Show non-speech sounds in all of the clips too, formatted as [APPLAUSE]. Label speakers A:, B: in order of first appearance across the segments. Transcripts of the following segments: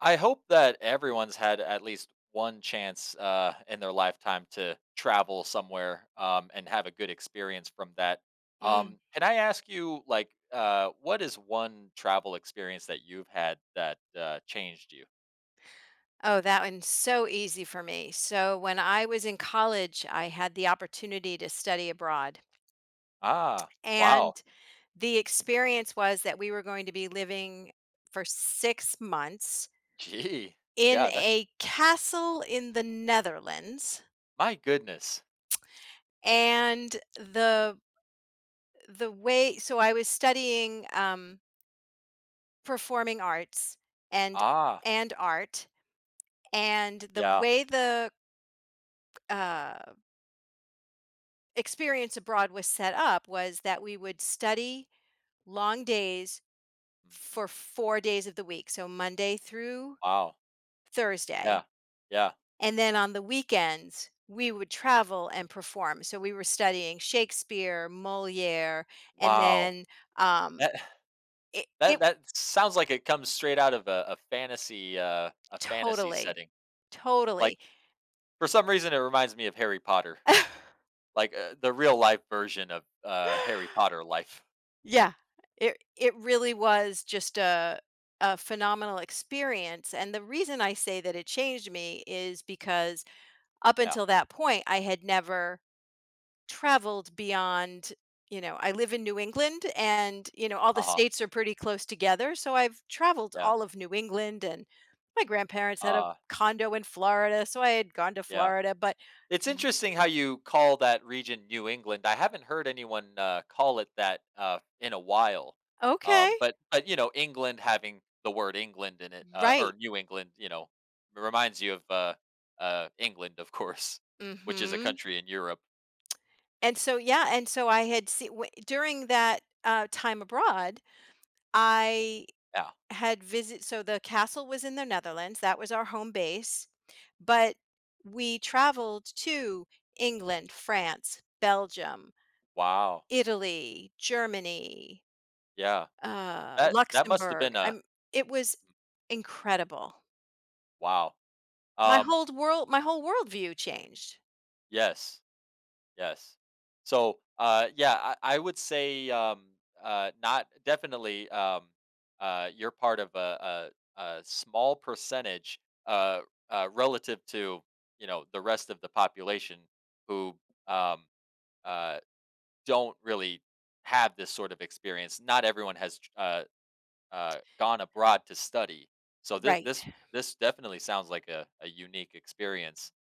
A: I hope that everyone's had at least one chance in their lifetime to travel somewhere and have a good experience from that.
B: Mm.
A: Can I ask you, what is one travel experience that you've had that changed you?
B: Oh, that one's so easy for me. So, when I was in college, I had the opportunity to study abroad.
A: Ah, wow.
B: And the experience was that we were going to be living for 6 months
A: Gee.
B: in
A: Yeah, that's
B: a castle in the Netherlands.
A: my goodness.
B: And the way, so I was studying performing arts and
A: Ah,
B: and art. And the
A: yeah.
B: way the uh, experience abroad was set up was that we would study long days
A: Mm.
B: for 4 days of the week. So Monday through
A: Wow.
B: Thursday.
A: Yeah. Yeah.
B: And then on the weekends, we would travel and perform. So we were studying Shakespeare, Moliere, and
A: Wow.
B: then um,
A: That
B: it,
A: [LAUGHS] that
B: it
A: that sounds like it comes straight out of a fantasy
B: totally,
A: setting. Like,
B: totally.
A: for some reason, it reminds me of Harry Potter,
B: [LAUGHS]
A: like the real life version of Harry Potter life.
B: Yeah, it really was just a phenomenal experience. And the reason I say that it changed me is because up
A: Yeah.
B: until that point, I had never traveled beyond, you know, I live in New England and, you know, all the
A: Uh huh.
B: states are pretty close together. So I've traveled
A: Yeah.
B: all of New England, and my grandparents had a
A: Uh,
B: condo in Florida. So I had gone to
A: yeah.
B: Florida, but
A: It's interesting how you call that region New England. I haven't heard anyone call it that in a while.
B: okay.
A: But you know, England, having the word England in it, or
B: Right.
A: New England, you know, reminds you of England, of course, which is a
B: Hmm.
A: country in Europe.
B: And so, yeah. And so I had seen during that time abroad, I
A: Yeah.
B: had visit so the castle was in the Netherlands, that was our home base,
A: Mhm.
B: but we traveled to England, France, Belgium,
A: Wow.
B: Italy, Germany,
A: Yeah. That that must have
B: Luxembourg.
A: been a
B: I'm It was incredible.
A: wow. Um,
B: My whole worldview changed.
A: yes, yes. So, yeah, I would say not definitely. You're part of a small percentage uh, relative to, you know, the rest of the population who um, uh, don't really have this sort of experience. Not everyone has gone abroad to study. So this
B: Right.
A: this this definitely sounds like a unique experience.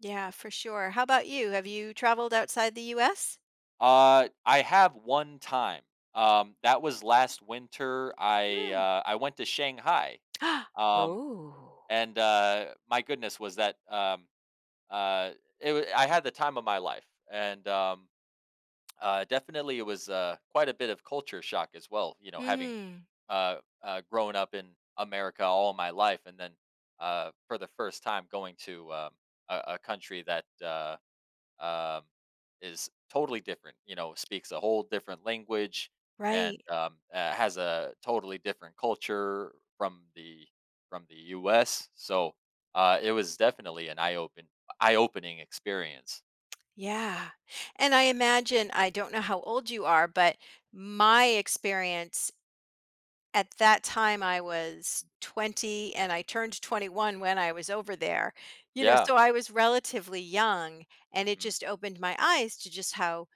B: Yeah, for sure. How about you? Have you traveled outside the US?
A: I have one time. That was last winter.
B: Mm.
A: I went to Shanghai.
B: [GASPS]
A: Um,
B: Oh.
A: and my goodness, was that uh, I had the time of my life, and definitely it was quite a bit of culture shock as well. You know, having
B: Mm,
A: uh, grown up in America all my life, and then for the first time going to a country that um, is totally different. You know, speaks a whole different language and
B: right.
A: has a totally different culture from the U.S. So it was definitely an eye opening experience.
B: Yeah. And I imagine, I don't know how old you are, but my experience at that time, I was 20 and I turned 21 when I was over there, you know,
A: Yeah.
B: so I was relatively young, and it
A: Mhm.
B: just opened my eyes to just how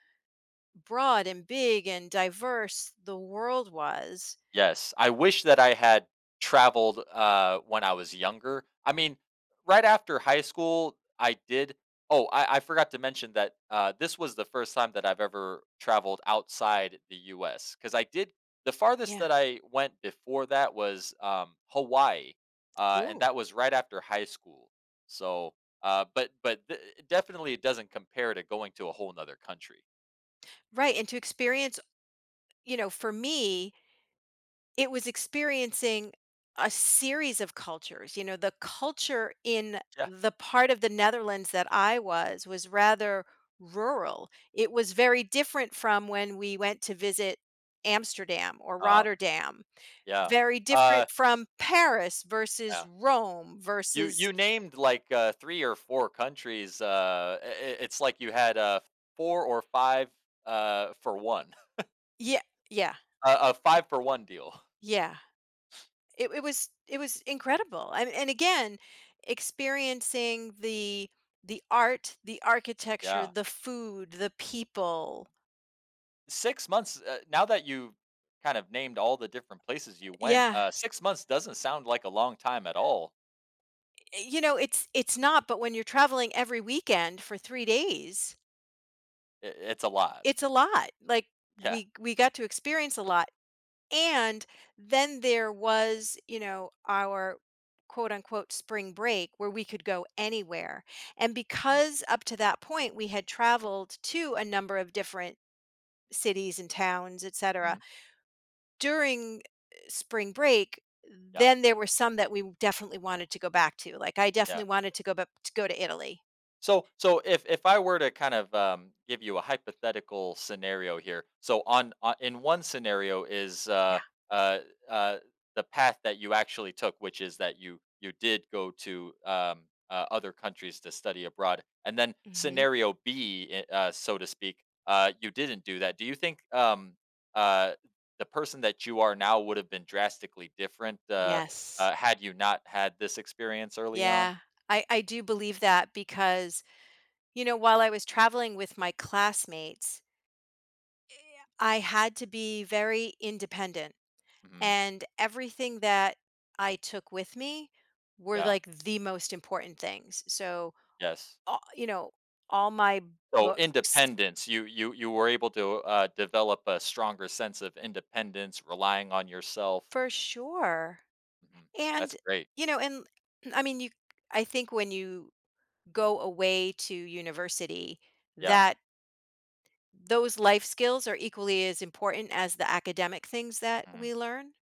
B: broad and big and diverse the world was.
A: Yes, I wish that I had traveled, when I was younger. I mean, right after high school, I did, oh, I forgot to mention that, this was the first time that I've ever traveled outside the U.S. Because I did the farthest
B: Yeah.
A: that I went before that was, Hawaii, and
B: Ooh.
A: that was right after high school. So, but the definitely it doesn't compare to going to a whole 'nother country.
B: Right. And to experience, you know, for me, it was experiencing a series of cultures. You know, the culture in
A: Yeah,
B: the part of the Netherlands that I was rather rural. It was very different from when we went to visit Amsterdam or
A: uh,
B: Rotterdam.
A: yeah,
B: Very
A: uh,
B: different from Paris versus
A: yeah.
B: Rome
A: You
B: versus
A: you named, like, 3 or 4 countries, I it's like you had, 4 or 5, for 1.
B: yeah, yeah,
A: [LAUGHS] A a 5 for 1 deal.
B: yeah. It was, it was incredible, and again experiencing the art, the architecture,
A: Yeah.
B: the food, the people.
A: 6 months, now that you kind of named all the different places you went,
B: Yeah,
A: 6 months doesn't sound like a long time at all.
B: you know, it's not, but when you're traveling every weekend for 3 days,
A: I, it's a lot.
B: it's a lot. Like,
A: Yeah.
B: we got to experience a lot, and then there was, you know, our quote unquote spring break where we could go anywhere, and
A: Mhm.
B: because up to that point we had traveled to a number of different cities and towns, etc.
A: Mhm.
B: During spring break,
A: Yeah.
B: then there were some that we definitely wanted to go back to. Like, I
A: Yeah.
B: definitely wanted to go back to go to Italy.
A: So, so if I were to kind of give you a hypothetical scenario here, so on, in one scenario is
B: Yeah.
A: uh, uh, the path that you actually took, which is that you did go to other countries to study abroad, and then
B: Mhm.
A: scenario B, so to speak, you didn't do that. Do you think uh, the person that you are now would have been drastically different
B: Yes.
A: had you not had this experience early on?
B: Yeah. I do believe that, because you know, while I was traveling with my classmates, eh, I had to be very independent,
A: Hmm.
B: and everything that I took with me were
A: Yeah.
B: like the most important things. So,
A: Yes.
B: all, you know, all my
A: So,
B: books,
A: independence, you were able to, develop a stronger sense of independence, relying on yourself.
B: for sure.
A: Mhm. That's
B: And,
A: great.
B: you know, and [CLEARS THROAT] I mean, I think when you go away to university,
A: Yeah.
B: that those life skills are equally as important as the academic things that
A: Mhm,
B: we learn.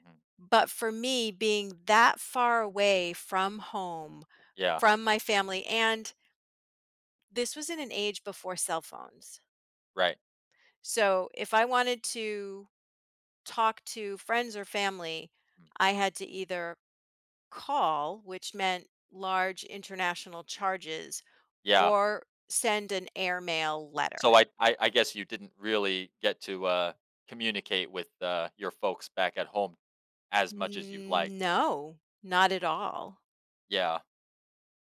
A: mhm.
B: But for me, being that far away from home,
A: Yeah,
B: from my family, and this was in an age before cell phones.
A: right.
B: So if I wanted to talk to friends or family,
A: Mm.
B: I had to either call, which meant large international charges,
A: Yeah.
B: or send an airmail letter.
A: So I guess you didn't really get to, communicate with, your folks back at home as much as you'd like.
B: N- No, not at all.
A: Yeah.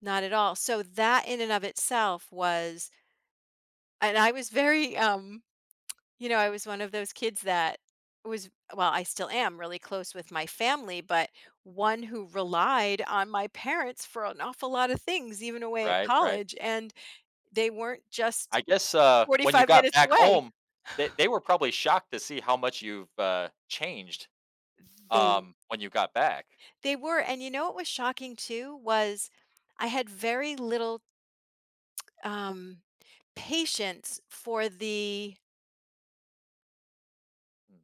B: Not at all. So that in and of itself was, and I was very you know, I was one of those kids that was well, I still am really close with my family, but
A: Mm, mhm.
B: one who relied on my parents for an awful lot of things, even away at
A: Right, right.
B: college, and they weren't just
A: I guess, when you
B: 45
A: got
B: minutes
A: back
B: away.
A: home, they were probably shocked to see how much you've, changed,
B: They
A: when you got back.
B: they were, and you know what was shocking too was I had very little um patience for the
A: Mm.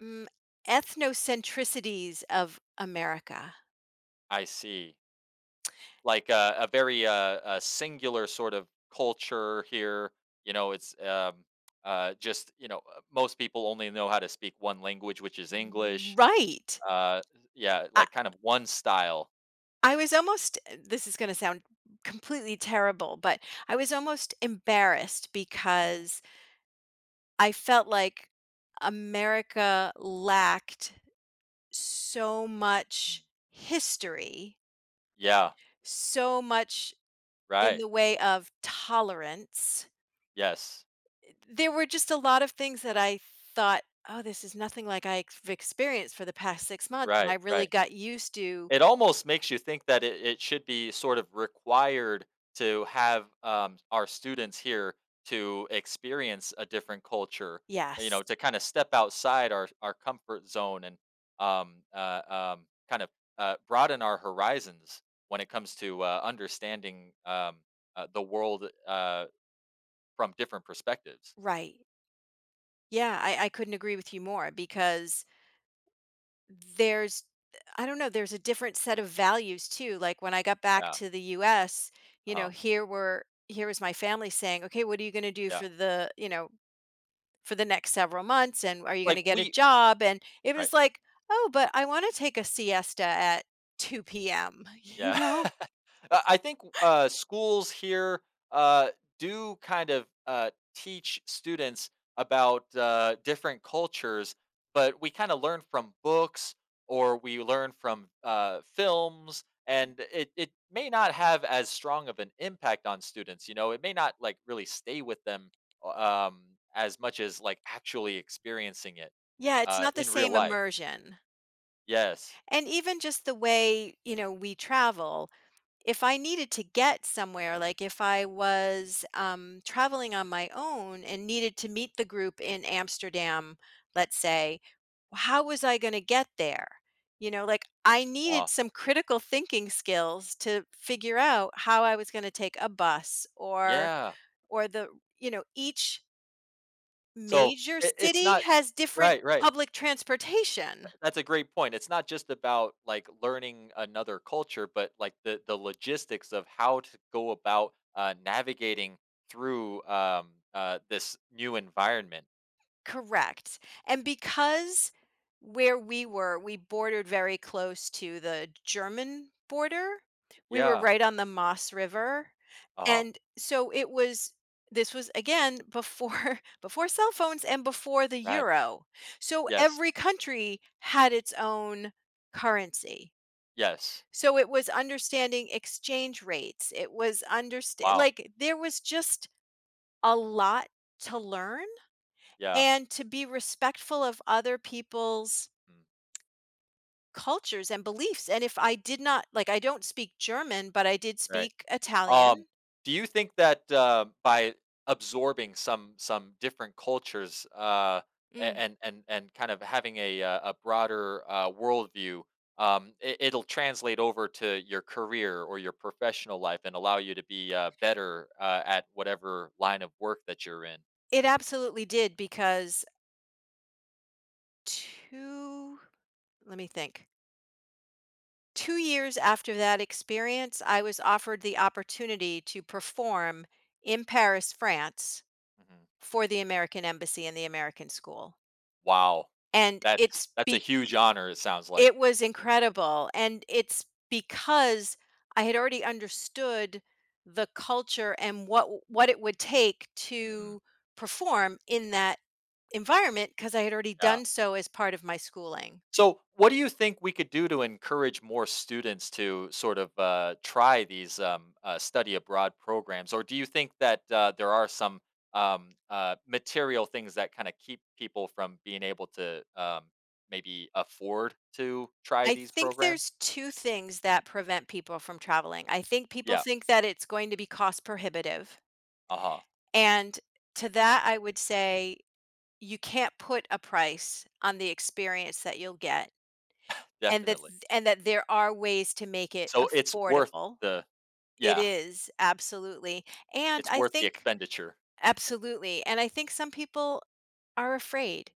B: mm, ethnocentricities of America.
A: I see. Like a very a singular sort of culture here. You know, it's just, you know, most people only know how to speak one language, which is English.
B: Right.
A: Uh, yeah, like, kind of one style.
B: I was almost this is gonna sound completely terrible, but I was almost embarrassed
A: Mhm.
B: because I felt like America lacked so much history,
A: Yeah.
B: so much in
A: Right.
B: the way of tolerance.
A: Yes.
B: There were just a lot of things that I thought, "Oh, this is nothing like I've experienced for the past 6 months," and I
A: Right.
B: really
A: Right.
B: got used to.
A: It almost makes you think that it should be sort of required to have our students here to experience a different culture, you
B: Yes,
A: know, to kind of step outside our comfort zone and kind of broaden our horizons when it comes to understanding the world from different perspectives.
B: right. Yeah, I couldn't agree with you more because There's I don't know, there's a different set of values too, like, when I got back
A: Yeah.
B: to the US, you know,
A: Uh-huh.
B: here was my family saying, "Okay, what are you gonna do
A: Yeah,
B: for the, you know, for the next several months, and are you
A: like
B: gonna get a
A: we,
B: job?" And it
A: right.
B: was like, "Oh, but I wanna take a siesta at 2 p.m.," [LAUGHS] you
A: Yeah.
B: know?
A: [LAUGHS] I think, schools here, uh, do kind of, teach students about, different cultures, but we kinda learn from books, or we learn from, films, and it may not have as strong of an impact on students, you know? It may not, like, really stay with them, as much as, like, actually experiencing it,
B: Yeah, it's not the
A: in real
B: same
A: life.
B: immersion.
A: Yes.
B: And even just the way, you know, we travel, if I needed to get somewhere, like if I was traveling on my own and needed to meet the group in Amsterdam, let's say, well, how was I going to get there? You know, like I
A: Uh,
B: needed some critical thinking skills to figure out how I was going to take a bus,
A: yeah.
B: or the, you know, each
A: So,
B: major
A: it it's
B: city
A: not
B: has different
A: Right, right.
B: public transportation.
A: Th that's a great point. It's not just about, like, learning another culture, but, like, the logistics of how to go about, navigating through, this new environment.
B: Correct, and because where we were, we bordered very close to the German border. We were
A: Yeah.
B: right on the Maas River,
A: Oh,
B: and so it was, this was again before [LAUGHS] before cell phones and before the
A: right.
B: euro. So
A: Yes.
B: every country had its own currency.
A: Yes.
B: So it was understanding exchange rates, it was understand
A: Wow.
B: like, there was just a lot to learn,
A: Yeah.
B: and to be respectful of other people's
A: Mm.
B: cultures and beliefs. And if I did not, like, I don't speak German, but I did
A: Right.
B: speak
A: Um,
B: Italian.
A: do you think that, by absorbing some different cultures, a
B: Mm.
A: and kind of having a broader, worldview, it'll translate over to your career or your professional life and allow you to be, better, at whatever line of work that you're in?
B: It absolutely did because 2 let me think. 2 years after that experience, I was offered the opportunity to perform in Paris, France
A: Mhm.
B: for the American Embassy and the American School.
A: Wow.
B: And it's
A: That's a
B: be
A: huge honor, it sounds like.
B: It was incredible, and it's because I had already understood the culture and what it would take
A: Mhm.
B: to perform in that environment, because I had already
A: Yeah.
B: done so as part of my schooling.
A: So, what do you think we could do to encourage more students to sort of try these study abroad programs, or do you think that there are some material things that kind of keep people from being able to maybe afford to try
B: I
A: these
B: think
A: programs?
B: there's 2 things that prevent people from traveling. I think people
A: Yeah,
B: think that it's going to be cost prohibitive,
A: uh huh,
B: and to that, I would say you can't put a price on the experience that you'll get.
A: definitely.
B: And that there are ways to make it
A: So it's worth
B: affordable.
A: the,
B: It
A: yeah,
B: is, absolutely, and
A: it's
B: I
A: worth the
B: think
A: expenditure.
B: some people are afraid.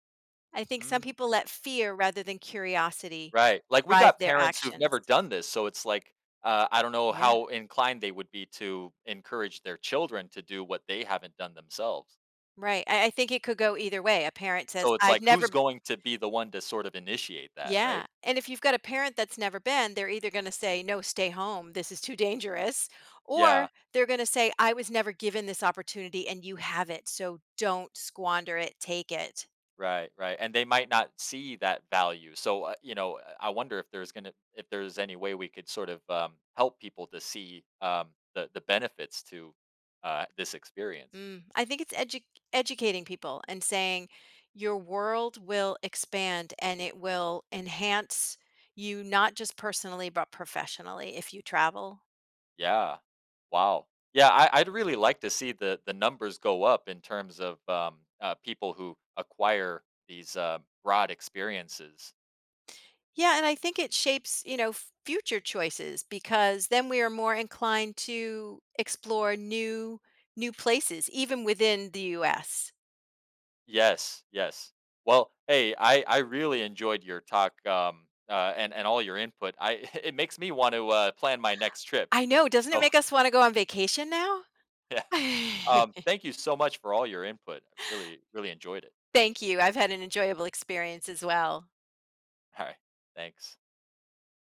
B: I think some
A: Mm.
B: people let fear rather than curiosity
A: Right, like, we
B: drive
A: got
B: their
A: parents who've
B: actions.
A: never done this, so it's like, I don't know
B: Yeah,
A: how inclined they would be to encourage their children to do what they haven't done themselves.
B: right, I think it could go either way. A parent says,
A: So it's
B: "I've
A: like, who's
B: never."
A: going to be the one to sort of initiate that,
B: Yeah,
A: right?
B: and if you've got a parent that's never been, they're either gonna say, "No, stay home, this is too dangerous,"
A: Yeah,
B: or they're gonna say, "I was never given this opportunity and you have it, so don't squander it, take it."
A: right, right, and they might not see that value, so, you know, I wonder if there's gonna if there's any way we could sort of, help people to see, the benefits to, this experience.
B: Mm, I think it's educating people and saying, "Your world will expand and it will enhance you not just personally, but professionally if you travel."
A: Yeah. Wow. Yeah, I'd really like to see the numbers go up in terms of people who acquire these broad experiences.
B: Yeah, and I think it shapes, you know, f- future choices because then we are more inclined to explore new places even within the US.
A: Yes, yes. Well, hey, I really enjoyed your talk and all your input. I [LAUGHS] it makes me want to plan my next trip.
B: I know, doesn't it
A: So
B: make us want to go on vacation now?
A: [LAUGHS] yeah,
B: [LAUGHS]
A: thank you so much for all your input. I really really enjoyed it.
B: Thank you. I've had an enjoyable experience as well.
A: All right, thanks.